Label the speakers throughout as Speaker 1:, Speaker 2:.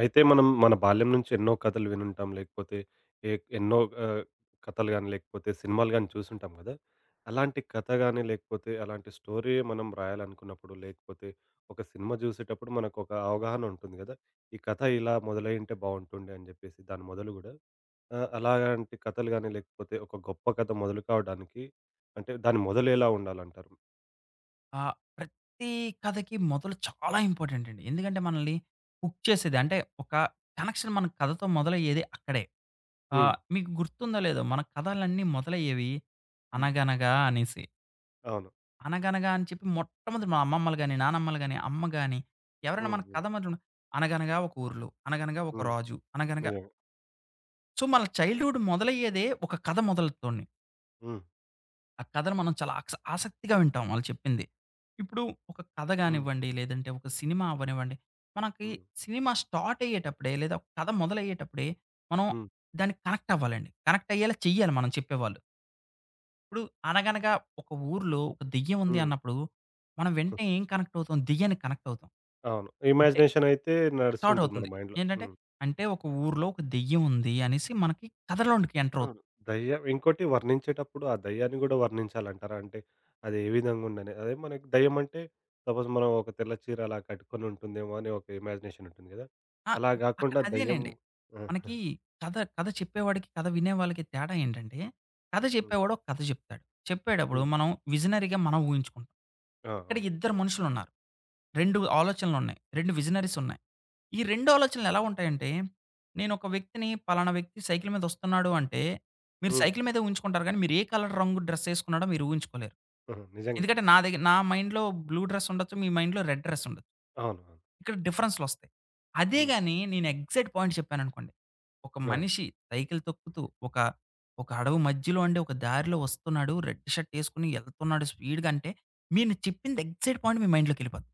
Speaker 1: అయితే మనం మన బాల్యం నుంచి ఎన్నో కథలు వినుంటాం. లేకపోతే ఎన్నో ఆహ్, కథలు గాని, లేకపోతే సినిమాలు గాని చూసుంటాం గదా! అలాంటి కథ గాని, లేకపోతే అలాంటి స్టోరీ మనం రాయాలనుకున్నప్పుడు, లేకపోతే ఒక సినిమా జూసేటప్పుడు మనకొక అవగాహన ఉంటుంది గదా! ఈ కథ ఇలా మొదలయ్యుంటే బావుంటుండే అని జెప్పేసి దాని మొదలు గూడా. అలాంటి కథలు గాని, లేకపోతే ఒక గొప్ప కథ మొదలు కావడానికి అంటే దాని మొదలు ఎలా ఉండాలంటారు?
Speaker 2: ఆ! ప్రతి కథకి మొదలు చాలా ఇంపార్టెంట్ అండి. ఎందుకంటే మనల్ని హుక్ చేసేది అంటే ఒక కనెక్షన్ మన కథతో మొదలయ్యేది అక్కడే.
Speaker 1: హ్మ్.
Speaker 2: మీకు గుర్తుందో లేదో మన కథలన్నీ మొదలయ్యేవి
Speaker 1: హ్మ్.
Speaker 2: 'అనగనగా' అనేసి.
Speaker 1: అవును.
Speaker 2: 'అనగనగా' అని చెప్పి మొట్టమొదటి మా అమ్మమ్మలు గాని, నానమ్మలు గాని, అమ్మ గాని ఎవరైనా
Speaker 1: హ్మ్.
Speaker 2: మన
Speaker 1: హ్మ్.
Speaker 2: కథ మొదలు 'అనగనగా ఒక ఊర్లో, అనగనగా ఒక
Speaker 1: హ్మ్.
Speaker 2: రాజు, అనగనగా'.
Speaker 1: నిజంగా.
Speaker 2: సో మన చైల్డ్‌హుడ్ మొదలయ్యేదే ఒక కథ మొదలుతోనే.
Speaker 1: హ్మ్.
Speaker 2: ఆ కథను మనం చాలా ఆసక్తిగా వింటాం వాళ్ళు చెప్పింది. ఇప్పుడు ఒక కథ
Speaker 1: హ్మ్.
Speaker 2: గానివ్వండి, లేదంటే ఒక సినిమా అవ్వనివ్వండి, మనకి
Speaker 1: హ్మ్.
Speaker 2: సినిమా స్టార్ట్ అయ్యేటప్పుడే లేదా ఒక కథ మొదలయ్యేటప్పుడే మనం
Speaker 1: హ్మ్.
Speaker 2: దానికి కనెక్ట్ అవ్వాలండి. కనెక్ట్ అయ్యేలా చెయ్యాలి మనం చెప్పేవాళ్ళు. ఇప్పుడు అనగనగా ఒక ఊర్లో ఒక దెయ్యం ఉంది
Speaker 1: హ్మ్.
Speaker 2: అన్నప్పుడు, మనం వెంటనే ఏం కనెక్ట్ అవుతాం? దెయ్యానికి కనెక్ట్ అవుతాం.
Speaker 1: అవును.
Speaker 2: అంతే
Speaker 1: ఇమాజినేషన్ అయితే
Speaker 2: స్టార్ట్
Speaker 1: నడుస్తుంటది మన
Speaker 2: అవుతుంది.
Speaker 1: మైండ్‌లో.
Speaker 2: ఏంటంటే,
Speaker 1: హ్మ్.
Speaker 2: అంటే ఒక ఊర్లో ఒక దెయ్యం ఉంది అనేసి మనకి కథలోనికి ఎంటర్ అవుతుంది.
Speaker 1: అవును. దెయ్యం ఇంకోటి వర్ణించేటప్పుడు ఆ దెయ్యాన్ని గూడా వర్ణించాలంటారా? అంటే అది ఏ విధంగా ఉండని? అదే మనకి దెయ్యం అంటే సపోజ్ మనం ఒక తెల్ల చీర అలా కట్టుకొని ఉంటుందేమో అని ఒక ఇమాజినేషన్ ఉంటుంది గదా!
Speaker 2: ఆ!
Speaker 1: అలా
Speaker 2: అక్కడ
Speaker 1: గాకుండా దెయ్యం
Speaker 2: అదేనండి.
Speaker 1: ఆహా!
Speaker 2: మనకి కథ కథ చెప్పేవాడికి, కథ వినేవాళ్ళకి తేడా ఏంటంటే, కథ
Speaker 1: హ్మ్.
Speaker 2: చెప్పేవాడు ఒక కథ చెప్తాడు. చెప్పేటప్పుడు
Speaker 1: హ్మ్.
Speaker 2: మనం విజనరీగా ఊహించుకుంటాం.
Speaker 1: ఆ!
Speaker 2: ఇక్కడ
Speaker 1: అవును.
Speaker 2: ఇద్దరు మనుషులున్నారు. 2 ఆలోచనలున్నాయి. 2 విజనరీస్ ఉన్నాయి. ఈ 2 ఆలోచనలు ఎలా ఉంటాయంటే, నేనొక వ్యక్తిని పలానా వ్యక్తి సైకిల్ మీద వస్తున్నాడు అంటే, మీరు
Speaker 1: హ్మ్.
Speaker 2: సైకిల్ మీదే ఊహించుకుంటారు గానీ, మీరు ఏ కలర్ రంగు డ్రెస్ ఏసుకున్నాడో మీరు ఊహించుకోలేరు.
Speaker 1: హుహు. నిజంగా.
Speaker 2: ఎందుకంటే నా దగ్గర నా మైండ్‌లో బ్లూ డ్రెస్ ఉండొచ్చు. మీ మైండ్‌లో రెడ్ డ్రెస్ ఉండొచ్చు.
Speaker 1: అవును. అవును.
Speaker 2: ఇక్కడ డిఫరెన్స్‌లొస్తాయి. అదే
Speaker 1: హ్మ్.
Speaker 2: గాని నేను ఎగ్జాక్ట్ పాయింట్ చెప్పాననుకోండి. ఒక
Speaker 1: అవును.
Speaker 2: మనిషి సైకిల్ తొక్కుతూ ఒక ఒక అడవి మధ్యలో అండి ఒక దారిలో వస్తున్నాడు. రెడ్ షర్ట్ ఏసుకొని ఎళ్తున్నాడు స్పీడ్‌గా అంటే, మీరు చెప్పింది ఎగ్జాక్ట్ పాయింట్ మీ మైండ్‌లోకెళ్ళిపోద్ది.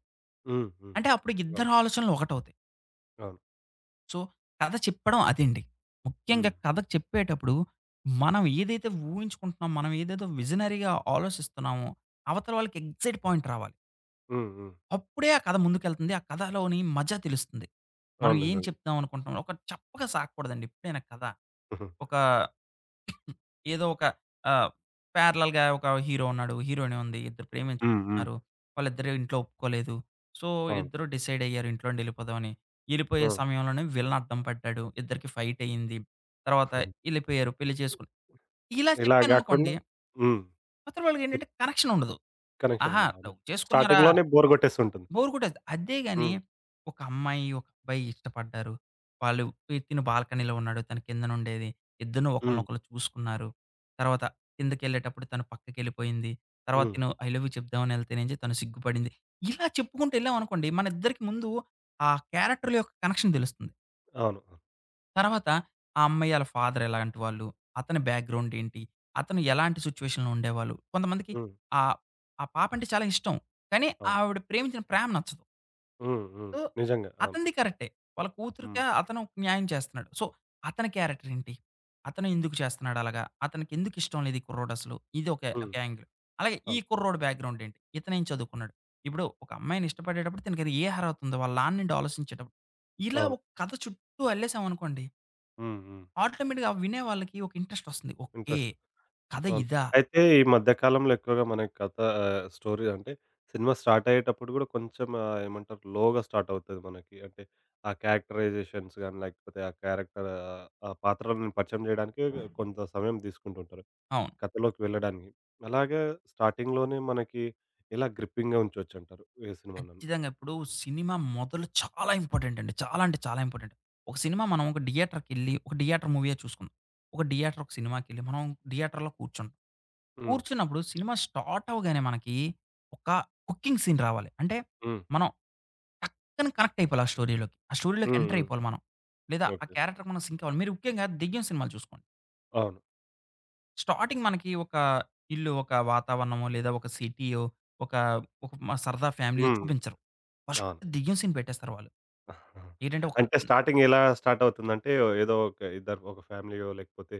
Speaker 1: హ్మ్. హ్మ్.
Speaker 2: అంటే అప్పుడు
Speaker 1: అవును.
Speaker 2: ఇద్దరి ఆలోచనలు ఒకటవుతాయి.
Speaker 1: అవును.
Speaker 2: సో, కథ చెప్పడం అదండి. ముఖ్యంగా
Speaker 1: హ్మ్.
Speaker 2: కథ చెప్పేటప్పుడు మనం ఏదైతే ఊహించుకుంటున్నామో, మనం ఏదేదో విజనరీగా ఆలోచిస్తున్నామో, అవతల వాళ్ళకి ఎగ్జాక్ట్ పాయింట్ రావాలి.
Speaker 1: హ్మ్. హ్మ్.
Speaker 2: అప్పుడే ఆ కథ ముందుకెళ్తుంది. ఆ కథలోని మజా తెలుస్తుంది. మనం
Speaker 1: అవును.
Speaker 2: ఏం
Speaker 1: నిజంగా.
Speaker 2: చెప్దాం అనుకుంటున్నాం. ఒక చప్పగా సాగకూడదండి ఎప్పుడైనా కథ.
Speaker 1: హుహు.
Speaker 2: ఒక ఏదో ఒక ఆహ్, ప్యారలల్‌గా ఒక హీరో ఉన్నాడు. హీరోయిన్ ఉంది. ఇద్దరు
Speaker 1: హ్మ్. హ్మ్.
Speaker 2: ప్రేమించుకుంటున్నారు. వాళ్ళిద్దరూ ఇంట్లో ఒప్పుకోలేదు. సో,
Speaker 1: అవును.
Speaker 2: ఇద్దరు డిసైడ్ అయ్యారు ఇంట్లో నుండి ఎళ్ళిపోదామని. ఎళ్ళిపోయే
Speaker 1: ఆ!
Speaker 2: సమయంలోనే విలన్ అడ్డం పడ్డాడు. ఇద్దరికి ఫైట్ అయింది. తర్వాత ఎళ్ళిపోయారు. పెళ్లి చేసుకుని ఇలా
Speaker 1: ఇలా
Speaker 2: చెప్పాననుకోండి,
Speaker 1: గాకుండా హ్మ్.
Speaker 2: అవతల వాళ్ళకేంటంటే కనెక్షన్ ఉండదు.
Speaker 1: కనెక్షన్
Speaker 2: ఆహా!
Speaker 1: ఉండదు. అవును.
Speaker 2: లవ్ చేసుకున్నారా?
Speaker 1: స్టార్టింగ్‌లోనే బోర్ గొట్టేస్తుంటుంది.
Speaker 2: బోర్ కొట్టేస్తది. అదే గాని
Speaker 1: హ్మ్.
Speaker 2: ఒక అమ్మాయి, ఒక అబ్బాయి ఇష్టపడ్డారు. వాళ్ళు బాల్కనీలో ఉన్నాడు. తను కిందనుండేది. ఇద్దరు
Speaker 1: హ్మ్.
Speaker 2: ఒకళ్ళనొకళ్ళు చూసుకున్నారు. తర్వాత కిందకెళ్ళేటప్పుడు తను పక్కకెళ్ళిపోయింది. తర్వాత
Speaker 1: హ్మ్.
Speaker 2: ఐ లవ్ యూ చెప్దామని ఎళ్తేనేంచి తను సిగ్గుపడింది. ఇలా చెప్పుకుంటూ ఎళ్ళామనుకోండి మన ఇద్దరికి ముందు ఆ క్యారెక్టర్‌ల యొక్క కనెక్షన్ తెలుస్తుంది.
Speaker 1: అవును.
Speaker 2: తర్వాత ఆ అమ్మాయి ఆళ్ళ ఫాదర్ ఎలాంటి వాళ్ళు, అతని బ్యాక్‌గ్రౌండ్ ఏంటి, అతను ఎలాంటి సిట్యుయేషన్‌లో ఉండేవాళ్ళు. కొంతమందికి
Speaker 1: హ్మ్.
Speaker 2: ఆహ్, ఆ పాపంటే చాలా ఇష్టం. కానీ
Speaker 1: అవును.
Speaker 2: ఆవిడ ప్రేమించిన ప్రేమ నచ్చదు.
Speaker 1: హ్మ్. హ్మ్.
Speaker 2: సో,
Speaker 1: నిజంగా. అవును.
Speaker 2: అతనిది కరెక్టే. వాళ్ళ కూతురికే
Speaker 1: హ్మ్.
Speaker 2: అతను న్యాయం చేస్తున్నాడు. సో, అతని క్యారెక్టర్ ఏంటి? అతను ఎందుకు చేస్తున్నాడు అలాగా? అతనికి ఎందుకు ఇష్టం లేదు ఈ కుర్రోడు అసలు? ఇది ఒక ఒక
Speaker 1: హ్మ్.
Speaker 2: యాంగిల్. అలాగే ఈ
Speaker 1: అవును.
Speaker 2: కుర్రోడు బ్యాక్‌గ్రౌండ్ ఏంటి? ఇతనేం చదువుకున్నాడు? ఇప్పుడు ఒక అమ్మాయిని ఇష్టపడేటప్పుడు తనకి అది ఏ అర్హత ఉందో? వాళ్ళ నాన్నేంటి ఆలోచించేటప్పుడు. ఇలా
Speaker 1: అవును.
Speaker 2: ఒక కథ చుట్టూ అల్లేసామనుకోండి,
Speaker 1: హ్మ్. హ్మ్.
Speaker 2: ఆటోమేటిక్‌గా వినే వాళ్ళకి ఒక ఇంట్రెస్ట్ వస్తుంది. ఓకే.
Speaker 1: ఇంట్రెస్ట్.
Speaker 2: కథ
Speaker 1: అవును.
Speaker 2: ఇదా?
Speaker 1: అయితే ఈ మధ్య కాలంలో ఎక్కువగా మనకి కథ స్టోరీ అంటే సినిమా స్టార్ట్ అయ్యేటప్పుడు గూడా కొంచెం ఏమంటారు లోగా స్టార్ట్ అవుతది మనకి. అంటే ఆ క్యారెక్టరైజేషన్స్ గాని, లేకపోతే ఆ క్యారెక్టర్ ఆ పాత్రలను పరిచయం జేయడానికి కొంత సమయం తీసుకుంటుంటారు.
Speaker 2: అవును.
Speaker 1: కథలోకి వెళ్ళడానికి. అలాగే స్టార్టింగ్‌లోనే మనకి ఇలా గ్రిప్పింగ్‌గా ఉంచొచ్చంటారు ఏ సినిమానన్నా.
Speaker 2: ఖచ్చితంగా. ఇప్పుడు సినిమా మొదలు చాలా ఇంపార్టెంట్ అండి. చాలా అంటే చాలా ఇంపార్టెంట్. ఒక సినిమా మనం ఒక థియేటర్‌కెళ్ళి ఒక థియేటర్ మూవీయే చూసుకుందాం. ఒక థియేటర్ ఒక సినిమాకెళ్ళి మనం థియేటర్‌లో కూర్చుంటాం.
Speaker 1: హ్మ్.
Speaker 2: కూర్చున్నప్పుడు సినిమా స్టార్ట్ అవ్వగానే మనకి ఒక హుకింగ్ సీన్ రావాలి. అంటే
Speaker 1: హ్మ్.
Speaker 2: మనం టక్కన కనెక్ట్ అయిపోవాలి ఆ స్టోరీలోకి. ఆ స్టోరీలోకి
Speaker 1: హ్మ్.
Speaker 2: ఎంటర్
Speaker 1: హ్మ్.
Speaker 2: అయిపోవాలి మనం. లేదా ఆ
Speaker 1: ఓకే.
Speaker 2: క్యారెక్టర్‌కి మనం సింక్ అవ్వాలి. మీరు ముఖ్యంగా దెయ్యం సినిమాలు చూసుకోండి.
Speaker 1: అవును.
Speaker 2: స్టార్టింగ్ మనకి ఒక ఇల్లు, ఒక వాతావరణమో లేదా ఒక సిటీయో, ఒక ఒక మ సరదా ఫ్యామిలీయో
Speaker 1: హ్మ్.
Speaker 2: చూపించరు. ఫస్ట్
Speaker 1: అవును.
Speaker 2: దెయ్యం సీన్ పెట్టేస్తారు వాళ్ళు. ఏంటంటే ఒక
Speaker 1: అంటే స్టార్టింగ్ ఎలా స్టార్ట్ అవుతుందంటే ఏదో ఒక ఇద్దరు ఒక ఫ్యామిలీయో లేకపోతే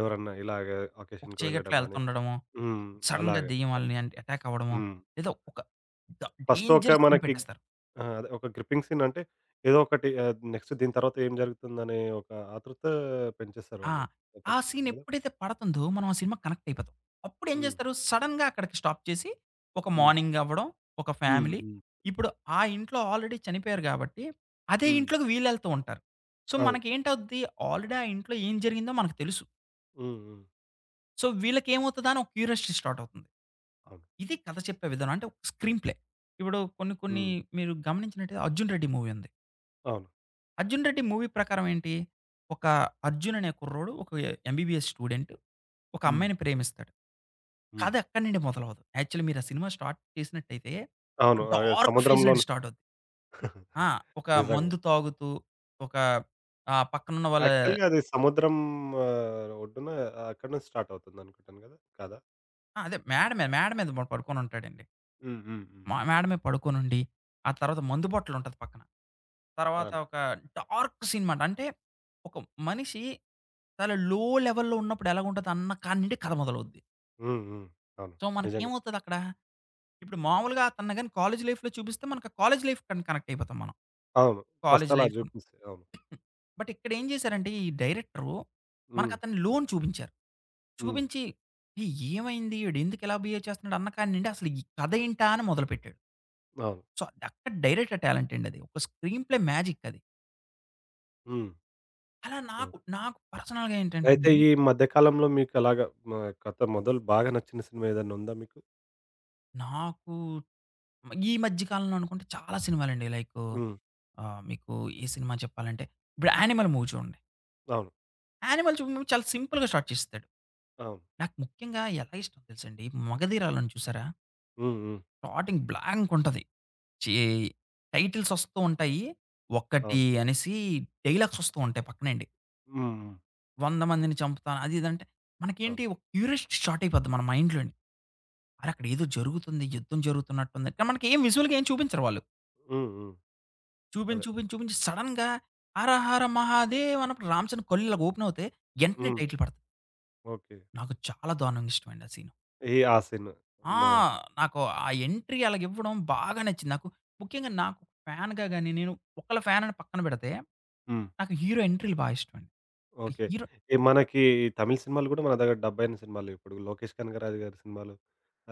Speaker 1: ఎవరన్నా ఇలాగ
Speaker 2: ఒక
Speaker 1: అకేషన్‌కి
Speaker 2: చీకట్లో
Speaker 1: వెళ్ళడం గాని
Speaker 2: ఎళ్తుండడమో,
Speaker 1: హ్మ్.
Speaker 2: సడెన్‌గా
Speaker 1: అలాగే.
Speaker 2: దెయ్యం
Speaker 1: అక్
Speaker 2: ఆళ్ళని అంటే అటాక్ అవ్వడమో,
Speaker 1: హ్మ్.
Speaker 2: లేదా ఒక డ
Speaker 1: ఫస్ట్ ఒక
Speaker 2: డేంజర్ సీన్
Speaker 1: మనకి
Speaker 2: పెట్టేస్తారు.
Speaker 1: ఆ! అదే ఒక గ్రిప్పింగ్ సీన్ అంటే ఏదో ఒకటి నెక్స్ట్ దీని తర్వాత ఏం జరుగుతుందనే ఒక ఆతృత పెంచేస్తారు
Speaker 2: ఆ!
Speaker 1: వాళ్ళు
Speaker 2: ఆ సీన్
Speaker 1: ప్రేక్షకులు గదా!
Speaker 2: ఎప్పుడైతే పడుతుందో మనం ఆ సినిమాకి కనెక్ట్ అయిపోతాం. అప్పుడేం
Speaker 1: హ్మ్.
Speaker 2: చేస్తారు సడెన్‌గా అక్కడికి స్టాప్ చేసి ఒక
Speaker 1: హ్మ్.
Speaker 2: మార్నింగ్ అవ్వడం, ఒక
Speaker 1: హ్మ్.
Speaker 2: ఫ్యామిలీ
Speaker 1: హ్మ్.
Speaker 2: ఇప్పుడు ఆ ఇంట్లో ఆల్రెడీ చనిపోయారు కాబట్టి, అదే
Speaker 1: హ్మ్.
Speaker 2: ఇంట్లోకి వీళ్ళెళ్తూ ఉంటారు. సో,
Speaker 1: అవును.
Speaker 2: మనకేంటవుద్ది ఆల్రెడీ ఆ ఇంట్లో ఏం జరిగిందో మనకు తెలుసు.
Speaker 1: హ్మ్. హ్మ్.
Speaker 2: సో, వీళ్ళకేమవుతదా అని ఒక క్యూరియాసిటీ స్టార్ట్ అవుతుంది.
Speaker 1: అవును.
Speaker 2: ఇది కథ చెప్పే విధానం. అంటే ఒక స్క్రీన్ ప్లే. ఇప్పుడు కొన్ని కొన్ని
Speaker 1: హ్మ్.
Speaker 2: మీరు గమనించినట్టయితే 'అర్జున్ రెడ్డి' మూవీ ఉంది.
Speaker 1: అవును.
Speaker 2: 'అర్జున్ రెడ్డి' మూవీ ప్రకారం ఏంటి? ఒక అర్జున్ అనే కుర్రోడు ఒక ఎంబీబీఎస్ స్టూడెంట్. ఒక
Speaker 1: హ్మ్.
Speaker 2: అమ్మాయిని ప్రేమిస్తాడు.
Speaker 1: హ్మ్.
Speaker 2: కథ ఎక్కడి నుండి మొదలవ్వదు. యాక్చువల్లీ మీరు ఆ సినిమా స్టార్ట్ చేసినట్టయితే
Speaker 1: అవును.
Speaker 2: డార్క్ ఫేజ్ నుండి
Speaker 1: సముద్రంలోను
Speaker 2: స్టార్ట్ అవుద్ది. ఆ! ఒక
Speaker 1: నిజంగా.
Speaker 2: మందు తాగుతూ ఒక ఆహ్, పక్కనున్న వాళ్ళ
Speaker 1: యాక్చువల్‌గా అది సముద్రం ఒడ్డున అక్కడి నుంచి స్టార్ట్ అవుతుందనుకుంటాను గదా! కాదా?
Speaker 2: ఆ! అదే మేడ మీద పడుకొని ఉంటాడండి.
Speaker 1: హ్మ్. హ్మ్. హ్మ్.
Speaker 2: మేడ మీద పడుకొనుండి, ఆ తర్వాత మందు బాటిల్ ఉంటది పక్కన. తర్వాత
Speaker 1: అవును.
Speaker 2: ఒక డార్క్ సినిమా అంట. అంటే ఒక మనిషి చాలా లెవెల్‌లో ఉన్నప్పుడు ఎలాగుంటది అన్న కాడి నుండి కథ మొదలవుద్ది.
Speaker 1: హ్మ్. హ్మ్. అవును.
Speaker 2: సో,
Speaker 1: నిజంగా.
Speaker 2: మనకేమవుతదక్కడ, ఇప్పుడు మామూలుగా అతన్ని గాని కాలేజ్ లైఫ్‌లో చూపిస్తే మనకు కాలేజ్ లైఫ్ కనెక్ట్ అయిపోతాం మనం.
Speaker 1: అవును. ఫస్ట్
Speaker 2: కాలేజ్
Speaker 1: అలా
Speaker 2: లైఫ్ అని.
Speaker 1: చూపిస్తాయి. అవును.
Speaker 2: బట్ ఇక్కడ ఏం చేశారంటే ఈ డైరెక్టరు మనకు
Speaker 1: హ్మ్.
Speaker 2: అతని లో‌ని చూపించారు.
Speaker 1: హ్మ్.
Speaker 2: చూపించి, "ఏయ్! ఏమైంది? ఈడు ఎందుకు ఇలా బిహేవ్ చేస్తున్నాడు?" అన్న కాడి నుండి అసలు ఈ కథ ఏంటా అని మొదలుపెట్టాడు.
Speaker 1: అవును.
Speaker 2: సో, అక్కడ డైరెక్టర్ టాలెంట్ అండి అది. ఒక స్క్రీన్ ప్లే మ్యాజిక్ అది.
Speaker 1: హ్మ్.
Speaker 2: అలా
Speaker 1: అవును.
Speaker 2: నాకు నాకు పర్సనల్‌గా
Speaker 1: అయితే
Speaker 2: ఏంటంటేనండి,
Speaker 1: ఈ మధ్య కాలంలో మీకలాగా మ కథ మొదలు బాగా నచ్చిన సినిమా ఏదన్నా ఉందా మీకు?
Speaker 2: నాకు ఈ మధ్య కాలంలో అనుకుంటే చాలా సినిమాలండి. లైకు
Speaker 1: హ్మ్.
Speaker 2: మీకు ఏ సినిమా చెప్పాలంటే, ఇప్పుడు 'యానిమల్' మూవీ చూడండి.
Speaker 1: అవును.
Speaker 2: 'యానిమల్' మూవీ చాలా సింపుల్‌గా స్టార్ట్ చేసేస్తాడు.
Speaker 1: అవును.
Speaker 2: నాకు ముఖ్యంగా ఎలా ఇష్టం తెలుసండి, 'మగధీరాలోన' చూసారా?
Speaker 1: హ్మ్. హ్మ్.
Speaker 2: స్టార్టింగ్ బ్లాంక్ ఉంటది. చీ టైటిల్స్ వస్తూ ఉంటాయి. ఒక్కటి
Speaker 1: అవును.
Speaker 2: అనేసి డైలాగ్స్ వస్తూ ఉంటాయి పక్కనండి.
Speaker 1: హ్మ్. హ్మ్.
Speaker 2: 100 మందిని చంపుతాను అది ఇది అంటే,
Speaker 1: అవును.
Speaker 2: మనకేంటి ఒక క్యూరియాసిటీ స్టార్ట్ అయిపోద్ది మన మైండ్‌లోని. అరె! అక్కడ ఏదో జరుగుతుంది. యుద్ధం జరుగుతున్నట్టుంది. కానీ మనకి ఏం విజువల్‌గా ఏం చూపించరు వాళ్ళు.
Speaker 1: హ్మ్. హ్మ్.
Speaker 2: చూపించి,
Speaker 1: అదే.
Speaker 2: చూపించి, చూపించి సడెన్‌గా 'హర హర మహాదేవ్' అన్నప్పుడు రామ్ చరణ్ కళ్ళు ఇలా ఓపెన్ అవుతాయి. ఎంటనే
Speaker 1: హ్మ్.
Speaker 2: టైటిల్ పడతది.
Speaker 1: ఓకే.
Speaker 2: నాకు చాలా దారుణంగా ఇష్టమండి ఆ సీను.
Speaker 1: ఈ ఆ సిన్
Speaker 2: ఆ!
Speaker 1: మా
Speaker 2: నాకు ఆ ఎంట్రీ అలాగివ్వడం బాగా నచ్చింది. నాకు ముఖ్యంగా ఫ్యాన్‌గా గాని, నేను ఒకళ్ళ ఫ్యాన్ అని పక్కన పెడితే,
Speaker 1: హ్మ్.
Speaker 2: నాకు హీరో ఎంట్రీలు ఇష్టమండి.
Speaker 1: ఓకే.
Speaker 2: హీరో
Speaker 1: ఈ మనకి ఈ తమిళ్ సినిమాలు గూడా మన దగ్గర డబ్బైన సినిమాలు ఇప్పుడు 'లోకేష్ కనగరాజు' గారి సినిమాలు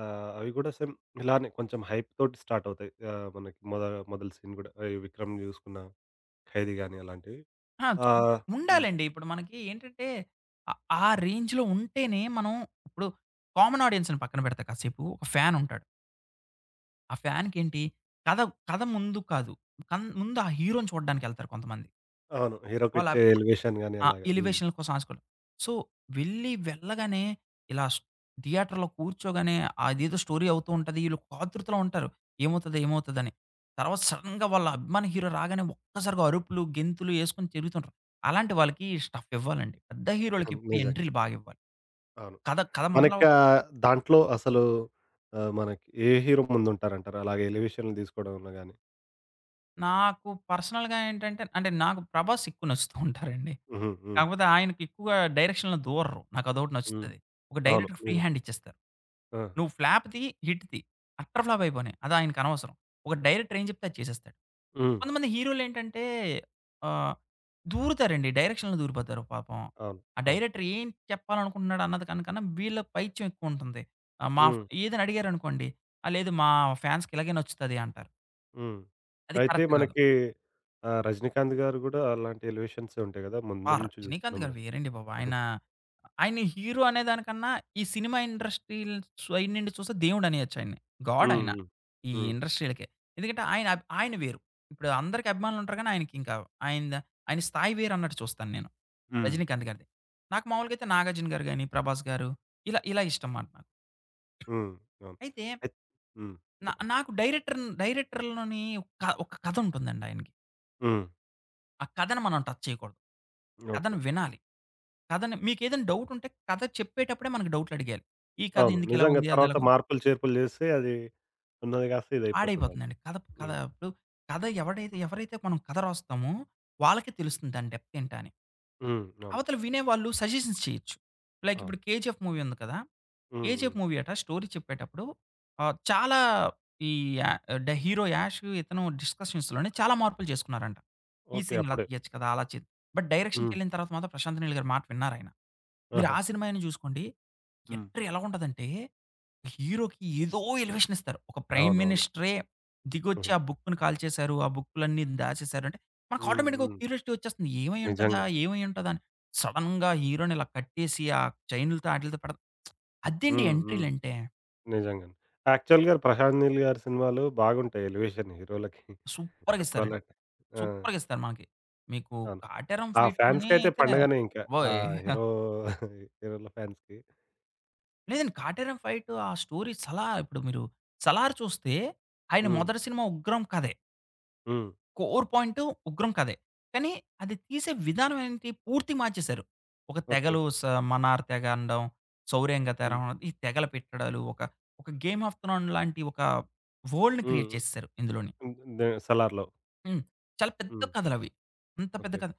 Speaker 1: అవి గూడా సేమ్ ఇలానే కొంచెం హైప్ తోటి స్టార్ట్ అవుతాయి. మనకి మొదలు సీన్ గూడా ఈ 'విక్రమ్' జూసుకున్న 'ఖైదీ' గాని అలాంటివి.
Speaker 2: ఆ!
Speaker 1: ఆహ్, హ్మ్.
Speaker 2: ఉండాలండి. ఇప్పుడు మనకి ఏంటంటే, ఆహ్, ఆ రేంజ్‌లో ఉంటేనే మనం ఇప్పుడు కామన్ ఆడియన్స్‌ని పక్కన పెడితే కాసేపు ఒక ఫ్యాన్ ఉంటాడు. ఆ ఫ్యాన్‌కేంటి కథ కథ ముందు కాదు. ముందు ఆ హీరోని చూడ్డానికెళ్తారు కొంతమంది.
Speaker 1: అవును.
Speaker 2: వాళ్ళ
Speaker 1: హీరోకిచ్చే ఎలివేషన్ గాని
Speaker 2: ఆ!
Speaker 1: అలాగా. హ్మ్.
Speaker 2: ఎలివేషన్‌ల కోసం ఆశపడి. సో, వెళ్ళి వెళ్ళగానే ఇలా స్ థియేటర్‌లో కూర్చోగానే అదేదో స్టోరీ అవుతూ ఉంటది. ఈళ్ళు ఆతృతలో ఉంటారు. ఏమవుతది? ఏమవుతదని. తర్వాత సడెన్‌గా వాళ్ళ అభిమాన హీరో రాగానే ఒక్కసారిగా అరుపులు, గెంతులు యేసుకొని తిరుగుతుంటారు. అలాంటి వాళ్ళకి స్టఫ్ ఇవ్వాలండి. పెద్ద హీరోలకి ఎప్పుడు
Speaker 1: నిజంగా.
Speaker 2: ఎంట్రీలు బాగా ఇవ్వాలి.
Speaker 1: అవును.
Speaker 2: కథ కథ మొదల
Speaker 1: మనకా దాంట్లో అసలు మనకి ఏ హీరో ముందుంటారంటారు? అలాగే ఎలివేషన్‌లు తీసుకోవడంలో గాని?
Speaker 2: నాకు పర్సనల్‌గా ఏంటంటే అంటే నాకు 'ప్రభాస్' ఎక్కువ నచ్చుతూ ఉంటారండి.
Speaker 1: హుహు. హ్మ్.
Speaker 2: కాకపోతే ఆయనకి ఎక్కువగా డైరెక్షన్‌లో దూరరు. నాకదోటి
Speaker 1: హ్మ్.
Speaker 2: నచ్చుతది. ఒక
Speaker 1: అవును.
Speaker 2: డైరెక్టర్ ఫ్రీ
Speaker 1: నిజం.
Speaker 2: హ్యాండ్ ఇచ్చేస్తారు.
Speaker 1: ఆ!
Speaker 2: నువ్వు ఫ్లాప్ తీ, హిట్ తీ. అట్టర్ ఫ్లాప్ అయిపోనియి. అది ఆయనకి అనవసరం. ఒక డైరెక్టర్ ఏం చెప్తే అది చేసేస్తాడు.
Speaker 1: హ్మ్.
Speaker 2: కొంతమంది హీరోలేంటంటే ఆహ్, దూరుతారండి. డైరెక్షన్‌లో దూరిపోతారు పాపం.
Speaker 1: అవును.
Speaker 2: ఆ
Speaker 1: అవును.
Speaker 2: డైరెక్టర్ ఏం చెప్పాలనుకుంటున్నాడు అన్నది దానికన్నా వీళ్ళ పైత్యం ఎక్కువుంటుంది. ఆహ్, మా
Speaker 1: హ్మ్.
Speaker 2: ఏదైనా అడిగారనుకోండి, "ఆ! లేదు మా ఫాన్స్‌కి ఇలాగే నచ్చుతది" అంటారు.
Speaker 1: హ్మ్.
Speaker 2: అది
Speaker 1: అయితే
Speaker 2: కరెక్ట్ కాదు.
Speaker 1: మనకి 'రజనీకాంత్' గారు గూడా అలాంటి ఎలివేషన్సే ఉంటాయి గదా!
Speaker 2: ఆ!
Speaker 1: ముందు నుంచి జూసుకున్నా
Speaker 2: 'రజనీకాంత్' గారు
Speaker 1: మనం.
Speaker 2: వేరండి బాబు. ఆయన హీరో అనే దానికన్నా ఈ సినిమా సైడ్ నుండి చూస్తే దేవుడు అనేయొచ్చు ఆయన్ని. గాడ్ ఆయన.
Speaker 1: హ్మ్. హ్మ్.
Speaker 2: ఈ
Speaker 1: హ్మ్.
Speaker 2: ఇండస్ట్రీ‌లకే. ఎందుకంటే ఆయన వేరు. ఇప్పుడు అందరికి అభిమానులు ఉంటారు కానీ ఆయనకి ఇంకా ఆయనద ఆయన స్థాయి వేరు అన్నట్టు చూస్తాను నేను.
Speaker 1: హ్మ్.
Speaker 2: 'రజనీకాంత్' గారిది. నాకు మామూలుగా అయితే 'నాగార్జున' గారు గాని, 'ప్రభాస్' గారు ఇలా ఇలా ఇష్టం మాట నాకు.
Speaker 1: హ్మ్. అవును.
Speaker 2: అయితే
Speaker 1: అయిత్ హ్మ్.
Speaker 2: నా
Speaker 1: చెప్పండి.
Speaker 2: నాకు డైరెక్టర్‌లోని ఒక ఒక కథ ఉంటుందండి ఆయనకి.
Speaker 1: హ్మ్.
Speaker 2: ఆ కథను మనం టచ్ చేయకూడదు. కథను
Speaker 1: ఓకే.
Speaker 2: వినాలి. కథని మీకేదైనా డౌటుంటే కథ చెప్పేటప్పుడే మనకు డౌట్‌లడిగేయాలి. ఈ కథ
Speaker 1: అవును.
Speaker 2: ఎందుకిలా
Speaker 1: నిజంగా
Speaker 2: ఉంది? అది
Speaker 1: తర్వాత
Speaker 2: ఎలాగుంది?
Speaker 1: మార్పులు, చేర్పులు జేస్తే అది ఉన్నది గాస్త
Speaker 2: పాడైపోతుందండి.
Speaker 1: ఇదయిపోతుందంటారు.
Speaker 2: కథ కథ
Speaker 1: హ్మ్.
Speaker 2: ఇప్పుడు కథ ఎవరైతే మనం కథ రాస్తామో వాళ్ళకే తెలుస్తుంది దాని డెప్త్ ఏంటా అని.
Speaker 1: హ్మ్. అవును.
Speaker 2: అవతల వినేవాళ్ళు సజెషన్స్ చేయొచ్చు. లైక్ ఇప్పుడు
Speaker 1: అవును.
Speaker 2: 'కేజీఎఫ్' మూవీ ఉంది కదా!
Speaker 1: హ్మ్.
Speaker 2: 'కేజీఎఫ్'
Speaker 1: హ్మ్.
Speaker 2: మూవీ అట స్టోరీ చెప్పేటప్పుడు చాలా ఈ యా డ హీరో 'యాష్' ఇతను డిస్కషన్స్‌లోనే చాలా మార్పులు చేసుకున్నారంట. ఈ
Speaker 1: ఓకే.
Speaker 2: సీన్ ఇలా
Speaker 1: అప్పుడే.
Speaker 2: తీయొచ్చు కదా! అలా చేద్దాం. బట్
Speaker 1: హ్మ్.
Speaker 2: డైరెక్షన్‌కెళ్ళిన తర్వాత మాత్రం ప్రశాంత్ నీల్ గారి మాట విన్నారాయన. మీరు
Speaker 1: ఆహా!
Speaker 2: ఆ సినిమా అయినా చూసుకోండి.
Speaker 1: హ్మ్.
Speaker 2: ఎంట్రీ ఎలా ఉంటదంటే, హీరోకి ఏదో ఎలివేషన్ ఇస్తారు. ఒక ప్రైమ్
Speaker 1: అవునవును.
Speaker 2: మినిస్టరే దిగొచ్చి
Speaker 1: హ్మ్.
Speaker 2: ఆ బుక్‌ని కాల్చేశారు. ఆ బుక్‌లన్నీ దాచేశారు అంటే, మనకు
Speaker 1: హ్మ్.
Speaker 2: ఆటోమేటిక్‌గా ఒక
Speaker 1: హ్మ్.
Speaker 2: క్యూరియాసిటీ వచ్చేస్తుంది. ఏమై ఉంటదా?
Speaker 1: నిజంగా.
Speaker 2: ఏమై ఉంటదా? అని. సడెన్‌గా హీరోని ఇలా కట్టేసి ఆ చైన్‌లతో ఆటిలతో పెడ అదేంటి
Speaker 1: హ్మ్. హ్మ్.
Speaker 2: ఎంట్రీలంటే
Speaker 1: నిజంగానే. యాక్చువల్‌గా ప్రశాంత్ నీల్ గారి సినిమాలు బాగుంటాయి. ఎలివేషన్ హీరోలకి
Speaker 2: సూపర్‌గా ఇస్తారండి.
Speaker 1: చెప్పుకోవాలంటే. ఆ!
Speaker 2: సూపర్‌గా ఇస్తారు మనకి. మీకు
Speaker 1: అవును.
Speaker 2: 'కాటేరం
Speaker 1: ఆ
Speaker 2: ఫైట్‌లోనే'
Speaker 1: ఫ్యాన్స్‌కైతే
Speaker 2: అయితే
Speaker 1: పండగనే ఇంకా. ఆ
Speaker 2: అబ్బోయ్!
Speaker 1: హీరో హీరోల ఫ్యాన్స్‌కి.
Speaker 2: లేదండి. 'కాటేరం ఫైట్' ఆ స్టోరీ 'సలార్' ఇప్పుడు మీరు 'సలార్' చూస్తే ఆయన
Speaker 1: హ్మ్.
Speaker 2: మొదటి సినిమా 'ఉగ్రం' కథే.
Speaker 1: హ్మ్.
Speaker 2: కోర్ పాయింట్ 'ఉగ్రం' కథే. కానీ అది తీసే విధానం ఏంటి పూర్తిగా మార్చేశారు. ఒక
Speaker 1: ఓకే.
Speaker 2: తెగలు స 'మనార్' తెగ అనడం, 'శౌర్యంగ' తెగ
Speaker 1: హ్మ్.
Speaker 2: అనడం, ఈ తెగలు పెట్టడాలు ఒక ఒక 'గేమ్ ఆఫ్ థ్రోన్' లాంటి ఒక వరల్డ్‌ని
Speaker 1: హ్మ్.
Speaker 2: క్రియేట్ చేసేసారు ఇందులోని.
Speaker 1: హ్మ్. దే 'సలార్‌లో.'
Speaker 2: హ్మ్. చాలా పెద్ద
Speaker 1: హ్మ్.
Speaker 2: కథలవి. అంత పెద్ద
Speaker 1: ఓకే.
Speaker 2: కథ.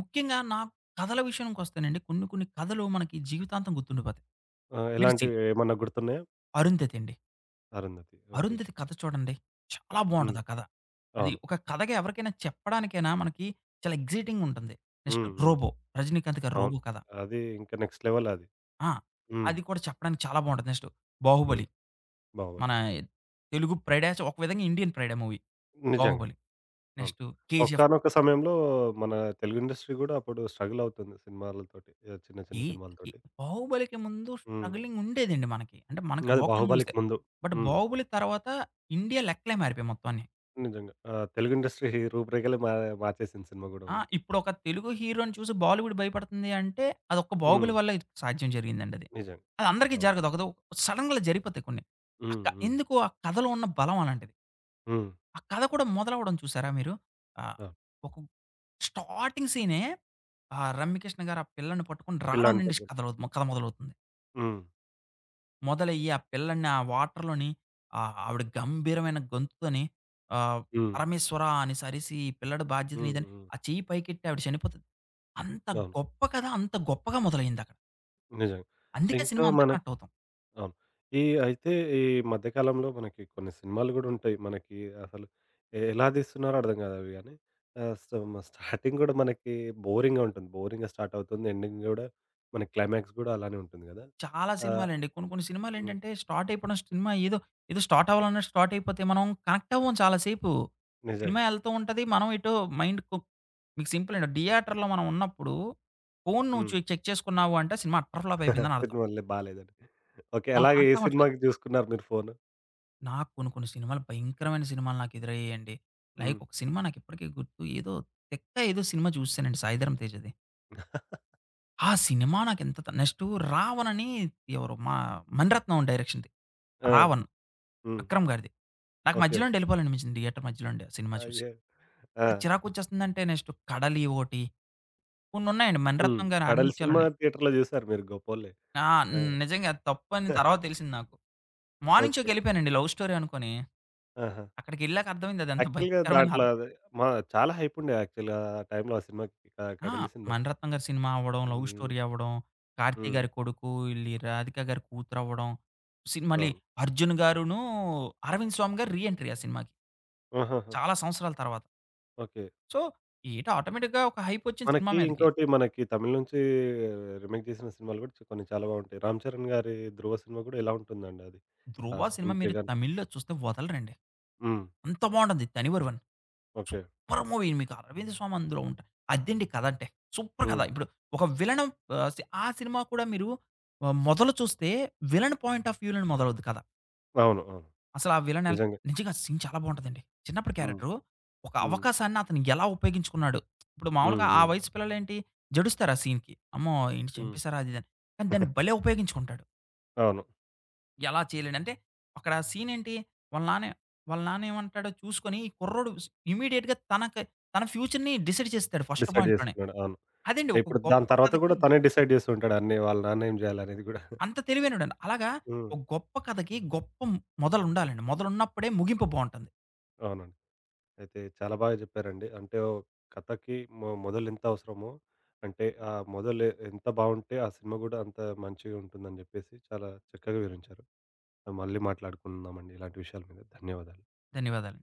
Speaker 2: ముఖ్యంగా నాకు కథల విషయానికొస్తేనండి కొన్ని కొన్ని కథలు మనకి జీవితాంతం గుర్తుండిపోతాయి.
Speaker 1: ఆ!
Speaker 2: మీరు సి
Speaker 1: ఎలాంటివి ఏమన్నా గుర్తున్నాయా?
Speaker 2: 'అరుంధతి' అండి.
Speaker 1: 'అరుంధతి.' ఓకే.
Speaker 2: అరుంధతి కథ చూడండి. చాలా
Speaker 1: హ్మ్.
Speaker 2: బావుంటది ఆ కథ. అది
Speaker 1: అవును.
Speaker 2: ఒక కథగా ఎవరికైనా చెప్పడానికైనా మనకి చాలా ఎక్సైటింగ్ ఉంటుంది. నెక్స్ట్
Speaker 1: హ్మ్. హ్మ్.
Speaker 2: 'రోబో'. రజినీకాంత్ గారి
Speaker 1: అవును.
Speaker 2: 'రోబో' కథ.
Speaker 1: అది ఇంకా నెక్స్ట్ లెవెల్ అది.
Speaker 2: ఆ!
Speaker 1: హ్మ్.
Speaker 2: అది కూడా చెప్పడానికి చాలా బావుంటది. నెక్స్ట్
Speaker 1: హ్మ్.
Speaker 2: 'బాహుబలి'.
Speaker 1: బాహుబలి.
Speaker 2: మన
Speaker 1: అవును.
Speaker 2: తెలుగు ప్రైడే ఒక విధంగా ఇండియన్ ప్రైడే మూవీ
Speaker 1: నిజంగా.
Speaker 2: 'బాహుబలి.'
Speaker 1: అవును.
Speaker 2: Next 'KGF'.
Speaker 1: ఒకానొక సమయంలో మన తెలుగు ఇండస్ట్రీ గూడా అప్పుడు స్ట్రగుల్ అవుతుంది సినిమాలతోటి. చిన్న చిన్న
Speaker 2: ఈ ఈ
Speaker 1: సినిమాలతోటి.
Speaker 2: 'బాహుబలికి' ముందు
Speaker 1: హ్మ్.
Speaker 2: స్ట్రగలింగ్ ఉండేదండి మనకి. అంటే మనకి
Speaker 1: అది
Speaker 2: లోకల్
Speaker 1: 'బాహుబలి'కి
Speaker 2: మూవీసే.
Speaker 1: ముందు.
Speaker 2: బట్
Speaker 1: హ్మ్.
Speaker 2: 'బాహుబలి' తర్వాత ఇండియా లెక్కలే మారిపోయాయి మొత్తం అన్ని.
Speaker 1: నిజంగా. తెలుగు ఇండస్ట్రీ రూపురేఖలే మార్చేసింది సినిమా గూడా
Speaker 2: ఆ!
Speaker 1: మనకి.
Speaker 2: ఇప్పుడొక తెలుగు హీరోని చూసి బాలీవుడ్ భయపడుతుంది అంటే, అదొక్క
Speaker 1: హ్మ్.
Speaker 2: 'బాహుబలి' వల్ల ఇది సాధ్యం జరిగిందండది.
Speaker 1: నిజంగా.
Speaker 2: అది అది అందరికీ
Speaker 1: అవును.
Speaker 2: జరగదు. సడెన్‌గా జరిగిపోతాయి కొన్ని. ఆ
Speaker 1: హ్మ్.
Speaker 2: క
Speaker 1: హ్మ్.
Speaker 2: ఎందుకు ఆ కథలో ఉన్న బలం అలాంటిది.
Speaker 1: హ్మ్.
Speaker 2: ఆ కథ కూడా మొదలవ్వడం చూసారా మీరు? ఆహ్,
Speaker 1: అవును.
Speaker 2: ఒక స్టార్టింగ్ సీనే ఆ 'రమ్యకృష్ణ' గారు ఆ పిల్లని పట్టుకొని రావడం
Speaker 1: పిల్లాడిని
Speaker 2: నుండి
Speaker 1: పట్టుకొని.
Speaker 2: కథ కథ మొదలవుతుంది.
Speaker 1: హ్మ్.
Speaker 2: మొదలయ్యి ఆ పిల్లని ఆ వాటర్‌లోని ఆవిడ గంభీరమైన గొంతుతోని ఆహ్,
Speaker 1: హ్మ్.
Speaker 2: పరమేశ్వర అనేసి అరిసి, "ఈ పిల్లాడి బాధ్యత
Speaker 1: హ్మ్.
Speaker 2: నీదని"
Speaker 1: హ్మ్.
Speaker 2: ఆ చెయ్యి పైకెట్టి ఆవిడ చనిపోతది. అంత
Speaker 1: అవును.
Speaker 2: గొప్ప కథ అంత గొప్పగా మొదలైందక్కడ.
Speaker 1: నిజంగా.
Speaker 2: అందుకే
Speaker 1: ఇంకా
Speaker 2: సినిమా అంత
Speaker 1: మన
Speaker 2: కనెక్ట్ అవుతాం.
Speaker 1: అవును. ఈ అయితే ఈ మధ్య కాలంలో మనకి కొన్ని సినిమాలు గూడా ఉంటాయి. మనకి అసలు ఎలా తీస్తున్నారో అర్థం గాదు అవి గానీ. సో, స్టార్టింగ్ గూడా మనకి బోరింగ్‌గా ఉంటుంది. బోరింగ్‌గా స్టార్ట్ అవుతుంది. ఎండింగ్ గూడా మనకి క్లైమాక్స్ గూడా అలానే ఉంటుంది గదా!
Speaker 2: చాలా
Speaker 1: ఆహ్,
Speaker 2: సినిమాలండి. కొన్ని కొన్ని
Speaker 1: హ్మ్.
Speaker 2: సినిమాలేంటంటే స్టార్ట్ అయిపోవడం సినిమా ఏదో, ఏదో స్టార్ట్ అవ్వాలన్నట్టు స్టార్ట్ అయిపోతే మనం కనెక్ట్ అవ్వం చాలా
Speaker 1: హ్మ్.
Speaker 2: సేపు. సినిమా
Speaker 1: నిజంగా.
Speaker 2: ఎళ్తూ ఉంటది. మనం ఎటో మైండ్ కు మీకు సింపుల్ అండి. థియేటర్‌లో మనం ఉన్నప్పుడు ఫోను నువ్వు
Speaker 1: హ్మ్.
Speaker 2: చెక్ చేసుకున్నావు అంటే సినిమా అట్టర్ ఫ్లాప్ అయిపోయిందని అర్థం.
Speaker 1: సినిమాలే బాలేదని. ఓకే.
Speaker 2: మనం
Speaker 1: అలాగే ఏ
Speaker 2: కనెక్ట్ అవ్వట్లేదు.
Speaker 1: సినిమాకి జూసుకున్నారు మీరు ఫోను?
Speaker 2: నాకు కొన్ని కొన్ని సినిమాలు భయంకరమైన సినిమాలు నాకు ఎదురయ్యాయండి. లైక్
Speaker 1: హ్మ్.
Speaker 2: ఒక సినిమా నాకిప్పటికీ గుర్తు. ఏదో సినిమా చూసేసానండి సాయిధరమ్ తేజది. ఆ సినిమా నాకెంత త నెక్స్టు 'రావణ్' అని ఎవరో మా మణిరత్నం డైరెక్షన్‌ది.
Speaker 1: ఆ!
Speaker 2: 'రావణ్'
Speaker 1: హ్మ్.
Speaker 2: విక్రమ్ గారిది. నాకు
Speaker 1: ఓకే.
Speaker 2: మధ్యలో నుండి ఎళ్ళిపోవాలనిపించింది థియేటర్ మధ్యలో నుండి ఆ సినిమా చూసి.
Speaker 1: అయ్యో! ఆ!
Speaker 2: చిరాకొచ్చేస్తుందంటే నెక్స్ట్ 'కడలి' ఓటి కొన్నున్నాయండి.
Speaker 1: హ్మ్.
Speaker 2: మణిరత్నం గారి
Speaker 1: 'కడల్' సినిమా
Speaker 2: ఆనిముత్యాలోనే.
Speaker 1: థియేటర్‌లో జూసారు మీరు గొప్పోళ్ళే.
Speaker 2: ఆ!
Speaker 1: ఆ!
Speaker 2: నిజంగా అది తప్పని తర్వాత తెలిసింది నాకు. Morning
Speaker 1: okay.
Speaker 2: షో‌కెళ్ళిపోయానండి లవ్ స్టోరీ అనుకోని.
Speaker 1: ఆహా!
Speaker 2: అక్కడికెళ్ళాక అర్థమైంది అదెంత
Speaker 1: యాక్చువల్‌గా
Speaker 2: భయంకరమైన.
Speaker 1: దాంట్లో అది మా చాలా హైప్ ఉండే యాక్చువల్‌గా ఆ టైంలో ఆ సినిమాకి
Speaker 2: ఆ!
Speaker 1: 'కడలి' సినిమాకి.
Speaker 2: 'మణిరత్నం' గారి సినిమా అవ్వడం, లవ్
Speaker 1: హ్మ్.
Speaker 2: స్టోరీ అవ్వడం, 'కార్తీ'
Speaker 1: హ్మ్.
Speaker 2: గారి కొడుకు, ఈళ్ళీ 'రాధిక' గారి కూతురవ్వడం, మళ్ళీ
Speaker 1: అవును.
Speaker 2: 'అర్జున్' గారును, 'అరవింద్ స్వామి' గారు రీ ఎంట్రీ ఆ సినిమాకి
Speaker 1: ఆహాహా!
Speaker 2: చాలా సంవత్సరాల తర్వాత.
Speaker 1: ఓకే.
Speaker 2: సో, ఏటో ఆటోమేటిక్‌గా ఒక హైపొచ్చింది సినిమా
Speaker 1: మనకి
Speaker 2: మీదకి.
Speaker 1: ఇంకోటి మనకి తమిళ్ నుంచి రీమేక్ చేసిన సినిమాలు కూడా కొన్ని చాలా బాగుంటాయి. రామ్ చరణ్ గారి 'ధ్రువ' సినిమా కూడా ఎలా ఉంటుందండి అది. ఆ
Speaker 2: 'ధ్రువ' సినిమా
Speaker 1: స్క్రీన్ ప్లే
Speaker 2: మీరు
Speaker 1: గాని
Speaker 2: తమిళ్‌లో చూస్తే వదలరండి.
Speaker 1: హ్మ్.
Speaker 2: అంత బావుంటది 'తనివరువన్'.
Speaker 1: ఓకే.
Speaker 2: Super movie. మీకు 'అరవింద్ స్వామి' అందులో ఉంటారు. అదండి కథ అంటే. సూపర్ కథ.
Speaker 1: హ్మ్.
Speaker 2: ఇప్పుడు ఒక విలన్, ఆహ్, సి ఆ సినిమా కూడా మీరు మొదలు చూస్తే విలన్ పాయింట్ ఆఫ్ వ్యూ‌లోని మొదలవుద్ది కథ.
Speaker 1: అవును. అవును.
Speaker 2: అసలు ఆ విలన్ ఎల్
Speaker 1: నిజంగా.
Speaker 2: నిజంగా సీన్ చాలా బావుంటదండి. చిన్నప్పుడు
Speaker 1: హ్మ్.
Speaker 2: క్యారెక్టరు ఒక
Speaker 1: హ్మ్.
Speaker 2: అవకాశాన్ని అతను ఎలా ఉపయోగించుకున్నాడు. ఇప్పుడు మామూలుగా
Speaker 1: హ్మ్.
Speaker 2: ఆ
Speaker 1: హ్మ్.
Speaker 2: వయసు పిల్లలేంటి జడుస్తారు ఆ సీన్‌కి. అమ్మో! ఏంటి
Speaker 1: హ్మ్.
Speaker 2: చంపేసారా అది ఇది అని. కానీ దాన్ని భలే ఉపయోగించుకుంటాడు.
Speaker 1: అవును.
Speaker 2: ఎలా చేయలేడంటే అక్కడ ఆ సీన్ ఏంటి వాళ్ళ నాన్న వాళ్ళ నాన్న ఏమంటాడో చూసుకొని ఈ కుర్రోడు ఇమ్మీడియేట్‌గా తనకి తన ఫ్యూచర్‌ని డిసైడ్ చేసేస్తాడు ఫస్ట్
Speaker 1: డిసైడ్
Speaker 2: పాయింట్‌లోనే.
Speaker 1: చేసుకున్నాడు. అవును.
Speaker 2: అదండి ఒక
Speaker 1: ఇప్పుడు
Speaker 2: గొప్ప
Speaker 1: దాని తర్వాత
Speaker 2: కథకి
Speaker 1: కూడా తనే డిసైడ్ చేస్తూ ఉంటాడు అన్నీ వాళ్ళ నాన్న ఏం చేయాలనేది కూడా.
Speaker 2: అంత తెలివైనోడండి. అలాగా
Speaker 1: హ్మ్.
Speaker 2: ఒక గొప్ప కథకి గొప్ప మొదలుండాలండి. మొదలున్నప్పుడే ముగింపు బావుంటుంది.
Speaker 1: అవునండి. అయితే చాలా బాగా చెప్పారండి. అంటే ఓ కథకి మొదలెంత అవసరమో, అంటే ఆ మొదలు ఎంత బావుంటే ఆ సినిమా గూడా అంత మంచిగుంటుందని జెప్పేసి చాలా చక్కగా వివరించారు. మళ్ళీ మాట్లాడుకుందామండి ఇలాంటి విషయాల మీద. ధన్యవాదాలు.
Speaker 2: ధన్యవాదాలు.